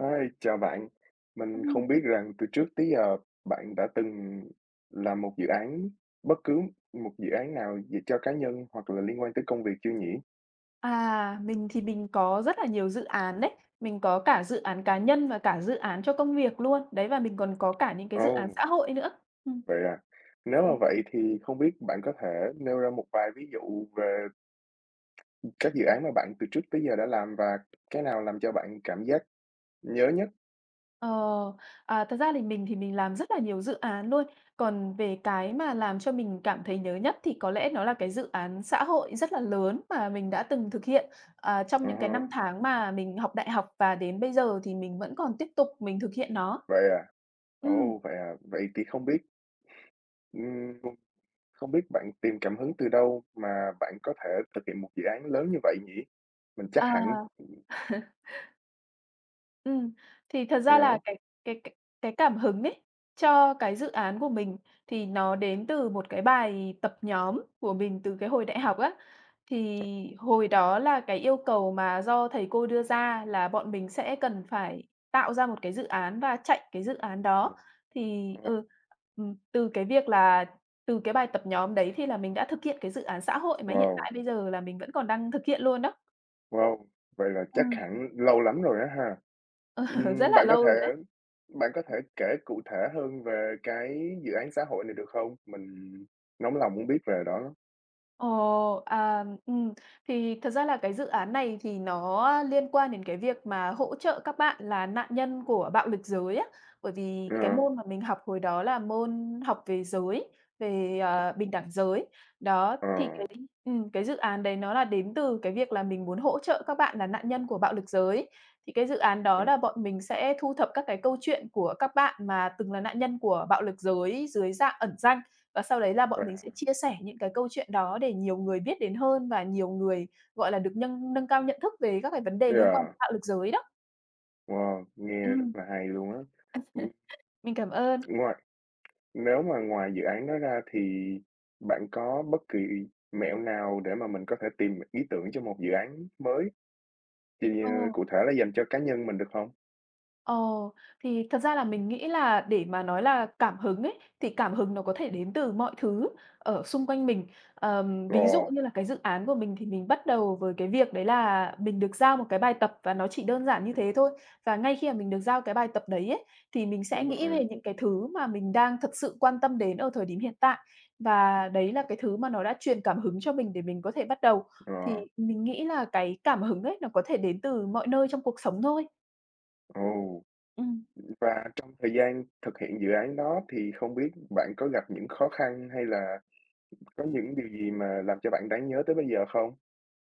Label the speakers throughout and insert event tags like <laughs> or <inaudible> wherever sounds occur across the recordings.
Speaker 1: Hi, chào bạn. Mình
Speaker 2: Ừm.
Speaker 1: không biết rằng từ trước tới giờ bạn đã từng làm một dự án, bất cứ một dự án nào về cho cá nhân hoặc là liên quan tới công việc chưa nhỉ?
Speaker 2: À, mình thì mình có rất là nhiều dự án đấy. Mình có cả dự án cá nhân và cả dự án cho công việc luôn. Đấy, và mình còn có cả những cái dự án
Speaker 1: Ồ,
Speaker 2: xã hội nữa. Ừm.
Speaker 1: vậy à. Nếu mà
Speaker 2: Ừm.
Speaker 1: vậy thì không biết bạn có thể nêu ra một vài ví dụ về các dự án mà bạn từ trước tới giờ đã làm và cái nào làm cho bạn cảm giác nhớ nhất?
Speaker 2: Ờ, à, thật ra thì mình làm rất là nhiều dự án luôn. Còn về cái mà làm cho mình cảm thấy nhớ nhất thì có lẽ nó là cái dự án xã hội rất là lớn mà mình đã từng thực hiện, à, trong
Speaker 1: Ờ,
Speaker 2: những cái năm tháng mà mình học đại học và đến bây giờ thì mình vẫn còn tiếp tục mình thực hiện nó.
Speaker 1: vậy à.
Speaker 2: Ừm,
Speaker 1: Ồ, vậy à. Vậy thì ừm Không biết bạn tìm cảm hứng từ đâu mà bạn có thể thực hiện một dự án lớn như vậy nhỉ? Mình chắc hẳn
Speaker 2: à. Ừm, thì thật ra là
Speaker 1: đó.
Speaker 2: cái cái cái cảm hứng ấy, cho cái dự án của mình thì nó đến từ một cái bài tập nhóm của mình từ cái hồi đại học á. Thì hồi đó là cái yêu cầu mà do thầy cô đưa ra là bọn mình sẽ cần phải tạo ra một cái dự án và chạy cái dự án đó. Thì,
Speaker 1: Ờ,
Speaker 2: ừm, từ cái việc là từ cái bài tập nhóm đấy thì là mình đã thực hiện cái dự án xã hội mà hiện
Speaker 1: wow,
Speaker 2: tại bây giờ là mình vẫn còn đang thực hiện luôn đó.
Speaker 1: wow, vậy là chắc
Speaker 2: Ừm.
Speaker 1: hẳn lâu lắm rồi á ha.
Speaker 2: <laughs> Rất
Speaker 1: Ừm,
Speaker 2: là
Speaker 1: bạn có
Speaker 2: lâu
Speaker 1: thể
Speaker 2: rồi đấy.
Speaker 1: bạn có thể kể cụ thể hơn về cái dự án xã hội này được không? Mình nóng lòng muốn biết về đó lắm.
Speaker 2: Ồ, à, thì thật ra là cái dự án này thì nó liên quan đến cái việc mà hỗ trợ các bạn là nạn nhân của bạo lực giới á. Bởi vì
Speaker 1: Ờ,
Speaker 2: cái môn mà mình học hồi đó là môn học về giới, về, bình đẳng giới. Đó,
Speaker 1: ờ,
Speaker 2: thì cái dự án đấy nó là đến từ cái việc là mình muốn hỗ trợ các bạn là nạn nhân của bạo lực giới. Thì cái dự án đó là bọn mình sẽ thu thập các cái câu chuyện của các bạn mà từng là nạn nhân của bạo lực giới dưới dạng ẩn danh. Và sau đấy là
Speaker 1: ờ,
Speaker 2: bọn
Speaker 1: wow,
Speaker 2: mình sẽ chia sẻ những cái câu chuyện đó để nhiều người biết đến hơn và nhiều người, gọi là, được nâng nâng cao nhận thức về các cái vấn đề liên quan
Speaker 1: yeah,
Speaker 2: đến bạo lực giới đó.
Speaker 1: wow, nghe rất
Speaker 2: Ừm.
Speaker 1: là hay luôn á. Ừm,
Speaker 2: Mình cảm ơn.
Speaker 1: ngoài Nếu mà ngoài dự án đó ra thì bạn có bất kỳ mẹo nào để mà mình có thể tìm ý tưởng cho một dự án mới, thì,
Speaker 2: Ờ.
Speaker 1: cụ thể là dành cho cá nhân mình được không?
Speaker 2: Ồ, thì thật ra là mình nghĩ là để mà nói là cảm hứng ấy, thì cảm hứng nó có thể đến từ mọi thứ ở xung quanh mình. Ví dụ
Speaker 1: Ồ,
Speaker 2: như là cái dự án của mình thì mình bắt đầu với cái việc đấy là mình được giao một cái bài tập và nó chỉ đơn giản như
Speaker 1: ừm,
Speaker 2: thế thôi. Và ngay khi mà mình được giao cái bài tập đấy ấy, thì mình sẽ
Speaker 1: đúng
Speaker 2: nghĩ
Speaker 1: rồi,
Speaker 2: về những cái thứ mà mình đang thật sự quan tâm đến ở thời điểm hiện tại. Và đấy là cái thứ mà nó đã truyền cảm hứng cho mình để mình có thể bắt đầu.
Speaker 1: ờ,
Speaker 2: Thì mình nghĩ là cái cảm hứng ấy nó có thể đến từ mọi nơi trong cuộc sống thôi.
Speaker 1: ồ,
Speaker 2: Ừ.
Speaker 1: và trong thời gian thực hiện dự án đó thì không biết bạn có gặp những khó khăn hay là có những điều gì mà làm cho bạn đáng nhớ tới bây giờ không?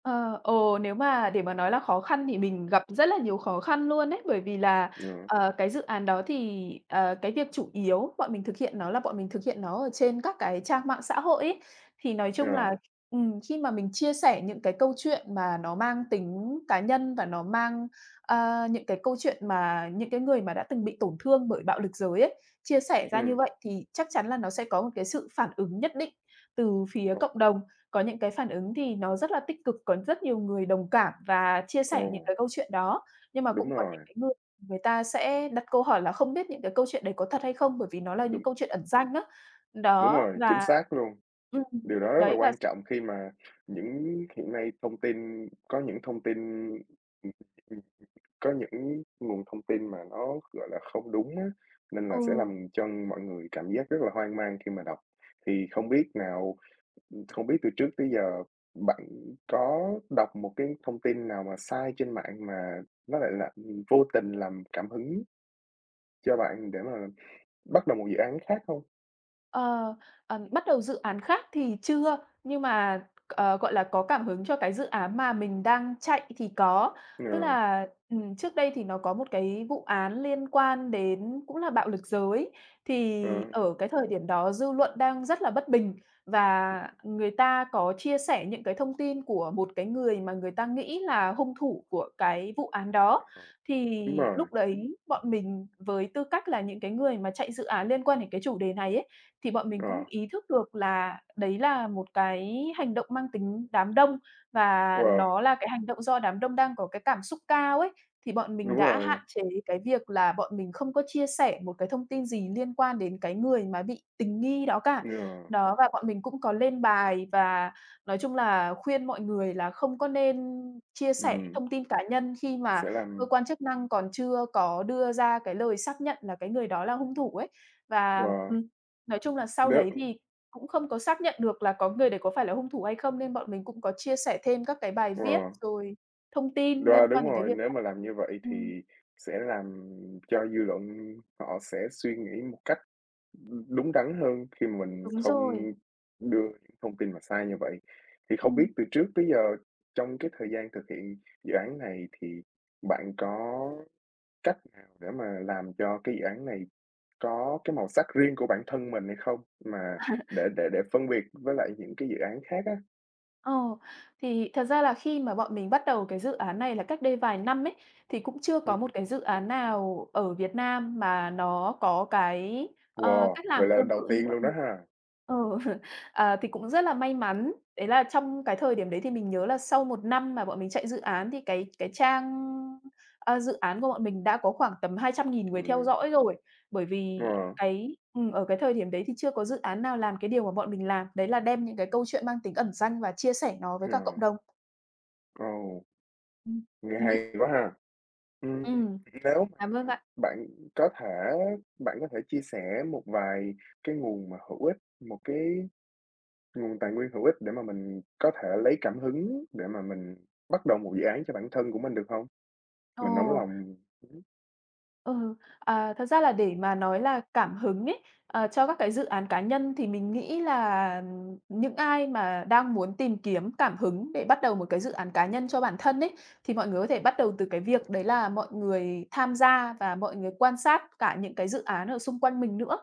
Speaker 2: Ờ, ồ, nếu mà để mà nói là khó khăn thì mình gặp rất là nhiều khó khăn luôn ấy, bởi vì là,
Speaker 1: Ờ,
Speaker 2: cái dự án đó thì, cái việc chủ yếu bọn mình thực hiện nó là bọn mình thực hiện nó ở trên các cái trang mạng xã hội ấy. Thì nói
Speaker 1: ờ,
Speaker 2: chung là, khi mà mình chia sẻ những cái câu chuyện mà nó mang tính cá nhân và nó mang, những cái câu chuyện mà những cái người mà đã từng bị tổn thương bởi bạo lực giới ấy, chia sẻ ra như
Speaker 1: ừm,
Speaker 2: vậy thì chắc chắn là nó sẽ có một cái sự phản ứng nhất định từ phía
Speaker 1: ồ,
Speaker 2: cộng đồng. Có những cái phản ứng thì nó rất là tích cực, có rất nhiều người đồng cảm và chia
Speaker 1: ồ,
Speaker 2: sẻ những cái câu chuyện đó, nhưng mà cũng
Speaker 1: đúng
Speaker 2: có
Speaker 1: rồi,
Speaker 2: những cái người, người ta sẽ đặt câu hỏi là không biết những cái câu chuyện đấy có thật hay không, bởi vì nó là những
Speaker 1: đúng,
Speaker 2: câu chuyện ẩn danh á.
Speaker 1: đúng
Speaker 2: Đó,
Speaker 1: rồi, chính
Speaker 2: và
Speaker 1: xác luôn.
Speaker 2: ừm,
Speaker 1: Điều đó rất là
Speaker 2: đấy và
Speaker 1: quan trọng khi mà những hiện nay thông tin có những thông tin, ừm, ừm, có những nguồn thông tin mà nó, gọi là, không đúng á, nên là sẽ
Speaker 2: ừ.
Speaker 1: làm cho mọi người cảm giác rất là hoang mang khi mà đọc. Thì không biết từ trước tới giờ bạn có đọc một cái thông tin nào mà sai trên mạng mà nó lại là, vô tình làm cảm hứng cho bạn để mà bắt đầu một dự án khác không?
Speaker 2: Ờ, bắt đầu dự án khác thì chưa, nhưng mà, gọi là, có cảm hứng cho cái dự án mà mình đang chạy thì có.
Speaker 1: Ờ,
Speaker 2: Tức là, trước đây thì nó có một cái vụ án liên quan đến cũng là bạo lực giới, thì
Speaker 1: ờ,
Speaker 2: ở cái thời điểm đó dư luận đang rất là bất bình và người ta có chia sẻ những cái thông tin của một cái người mà người ta nghĩ là hung thủ của cái vụ án đó.
Speaker 1: ờ, đúng
Speaker 2: Thì
Speaker 1: rồi,
Speaker 2: lúc đấy bọn mình với tư cách là những cái người mà chạy dự án liên quan đến cái chủ đề này ấy, thì bọn mình
Speaker 1: ờ,
Speaker 2: cũng ý thức được là đấy là một cái hành động mang tính đám đông và
Speaker 1: ờ,
Speaker 2: nó là cái hành động do đám đông đang có cái cảm xúc cao ấy. Thì bọn mình
Speaker 1: đúng
Speaker 2: đã hạn
Speaker 1: rồi.
Speaker 2: chế cái việc là bọn mình không có chia sẻ một cái thông tin gì liên quan đến cái người mà bị tình nghi đó cả.
Speaker 1: Yeah,
Speaker 2: Đó, và bọn mình cũng có lên bài và nói chung là khuyên mọi người là không có nên chia sẻ
Speaker 1: ừm,
Speaker 2: thông tin cá nhân khi mà
Speaker 1: sẽ
Speaker 2: cơ
Speaker 1: làm,
Speaker 2: quan chức năng còn chưa có đưa ra cái lời xác nhận là cái người đó là hung thủ ấy. Và
Speaker 1: wow,
Speaker 2: nói chung là sau
Speaker 1: nếu,
Speaker 2: đấy thì cũng không có xác nhận được là có người đấy có phải là hung thủ hay không, nên bọn mình cũng có chia sẻ thêm các cái bài viết
Speaker 1: wow,
Speaker 2: rồi thông tin
Speaker 1: wow,
Speaker 2: liên quan
Speaker 1: đúng
Speaker 2: đến cái
Speaker 1: rồi,
Speaker 2: việc
Speaker 1: nếu
Speaker 2: là
Speaker 1: mà làm như vậy
Speaker 2: ừm,
Speaker 1: thì sẽ làm cho dư luận họ sẽ suy nghĩ một cách, đúng đắn hơn khi mà mình
Speaker 2: đúng
Speaker 1: không
Speaker 2: rồi,
Speaker 1: đưa những thông tin mà sai như vậy. Thì không biết
Speaker 2: ừm.
Speaker 1: từ trước tới giờ trong cái thời gian thực hiện dự án này thì bạn có cách nào để mà làm cho cái dự án này có cái màu sắc riêng của bản thân mình hay không? Mà để phân biệt với lại những cái dự án khác á.
Speaker 2: Ồ, thì thật ra là khi mà bọn mình bắt đầu cái dự án này là cách đây vài năm ấy, thì cũng chưa có
Speaker 1: Ừm,
Speaker 2: một cái dự án nào ở Việt Nam mà nó có cái,
Speaker 1: wow,
Speaker 2: cách
Speaker 1: vậy
Speaker 2: làm
Speaker 1: là lần
Speaker 2: tương
Speaker 1: đầu
Speaker 2: tự như
Speaker 1: tiên
Speaker 2: bọn
Speaker 1: luôn đó
Speaker 2: mình.
Speaker 1: ha?
Speaker 2: Ờ, <laughs> à, thì cũng rất là may mắn, đấy là trong cái thời điểm đấy thì mình nhớ là sau một năm mà bọn mình chạy dự án thì dự án của bọn mình đã có khoảng tầm 200.000 người theo
Speaker 1: Ừm,
Speaker 2: dõi rồi. Bởi
Speaker 1: ờ,
Speaker 2: vì cái ở cái thời điểm đấy thì chưa có dự án nào làm cái điều mà bọn mình làm, đấy là đem những cái câu chuyện mang tính ẩn danh và chia sẻ nó với
Speaker 1: ờ,
Speaker 2: cả cộng đồng.
Speaker 1: ồ,
Speaker 2: Ừm.
Speaker 1: nghe
Speaker 2: <laughs>
Speaker 1: hay quá ha. Ừm,
Speaker 2: Ừm.
Speaker 1: nếu mà
Speaker 2: Cảm ơn bạn.
Speaker 1: bạn có thể bạn có thể chia sẻ một vài cái nguồn mà hữu ích, một cái nguồn tài nguyên hữu ích để mà mình có thể lấy cảm hứng để mà mình bắt đầu một dự án cho bản thân của mình được không? Mình nóng
Speaker 2: Ồ.
Speaker 1: lòng.
Speaker 2: Ừ, à, thật ra là để mà nói là cảm hứng ấy, cho các cái dự án cá nhân thì mình nghĩ là những ai mà đang muốn tìm kiếm cảm hứng để bắt đầu một cái dự án cá nhân cho bản thân ấy, thì mọi người có thể bắt đầu từ cái việc đấy là mọi người tham gia và mọi người quan sát cả những cái dự án ở xung quanh mình nữa.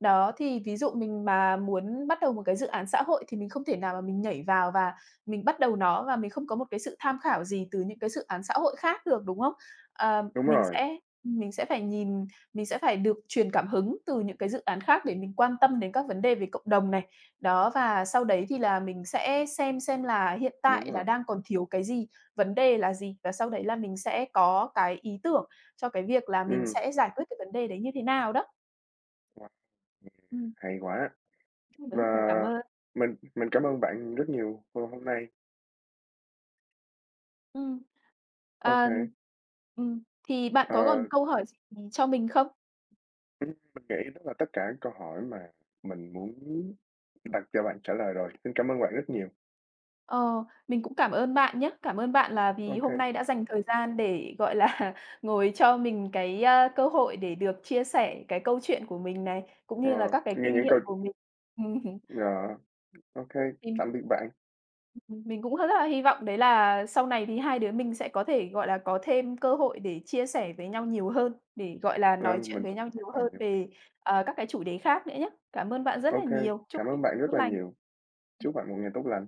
Speaker 2: Đó, thì ví dụ mình mà muốn bắt đầu một cái dự án xã hội thì mình không thể nào mà mình nhảy vào và mình bắt đầu nó và mình không có một cái sự tham khảo gì từ những cái dự án xã hội khác được, đúng không? Ờ,
Speaker 1: Đúng rồi,
Speaker 2: mình sẽ phải nhìn mình sẽ phải được truyền cảm hứng từ những cái dự án khác để mình quan tâm đến các vấn đề về cộng đồng này. Đó, và sau đấy thì là mình sẽ xem là hiện tại
Speaker 1: đúng
Speaker 2: là
Speaker 1: rồi,
Speaker 2: đang còn thiếu cái gì, vấn đề là gì, và sau đấy là mình sẽ có cái ý tưởng cho cái việc là mình
Speaker 1: ừm,
Speaker 2: sẽ giải quyết cái vấn đề đấy như thế nào đó.
Speaker 1: wow,
Speaker 2: Ừm.
Speaker 1: hay quá. Và
Speaker 2: <laughs> Mình cảm ơn.
Speaker 1: mình cảm ơn bạn rất nhiều hôm hôm nay.
Speaker 2: Ừm.
Speaker 1: Ok.
Speaker 2: Ờ, ừm, thì bạn
Speaker 1: Ờ.
Speaker 2: có còn câu hỏi gì cho mình không?
Speaker 1: Mình nghĩ đó là tất cả câu hỏi mà mình muốn đặt cho bạn trả lời rồi. Xin cảm ơn bạn rất nhiều.
Speaker 2: Ờ, mình cũng cảm ơn bạn nhé. Cảm ơn bạn là vì
Speaker 1: Ok.
Speaker 2: hôm nay đã dành thời gian để, gọi là, <laughs> ngồi cho mình cái, cơ hội để được chia sẻ cái câu chuyện của mình này, cũng
Speaker 1: Ờ,
Speaker 2: như là các cái
Speaker 1: nghe
Speaker 2: kinh
Speaker 1: những
Speaker 2: nghiệm
Speaker 1: câu,
Speaker 2: của mình. <laughs> Ừm
Speaker 1: ờ, ô,
Speaker 2: thì
Speaker 1: tạm biệt bạn.
Speaker 2: mình cũng rất là hy vọng đấy là sau này thì hai đứa mình sẽ có thể, gọi là, có thêm cơ hội để chia sẻ với nhau nhiều hơn, để, gọi là, nói
Speaker 1: Vâng,
Speaker 2: chuyện
Speaker 1: mình
Speaker 2: với
Speaker 1: cũng
Speaker 2: nhau
Speaker 1: không
Speaker 2: nhiều
Speaker 1: lòng
Speaker 2: hơn
Speaker 1: nhiều.
Speaker 2: về, các cái chủ đề khác nữa nhé. Cảm ơn bạn rất là
Speaker 1: Ok,
Speaker 2: nhiều. Chúc
Speaker 1: cảm
Speaker 2: bạn
Speaker 1: ơn bạn
Speaker 2: tốt
Speaker 1: rất là
Speaker 2: lành.
Speaker 1: nhiều. Chúc bạn một ngày tốt lành.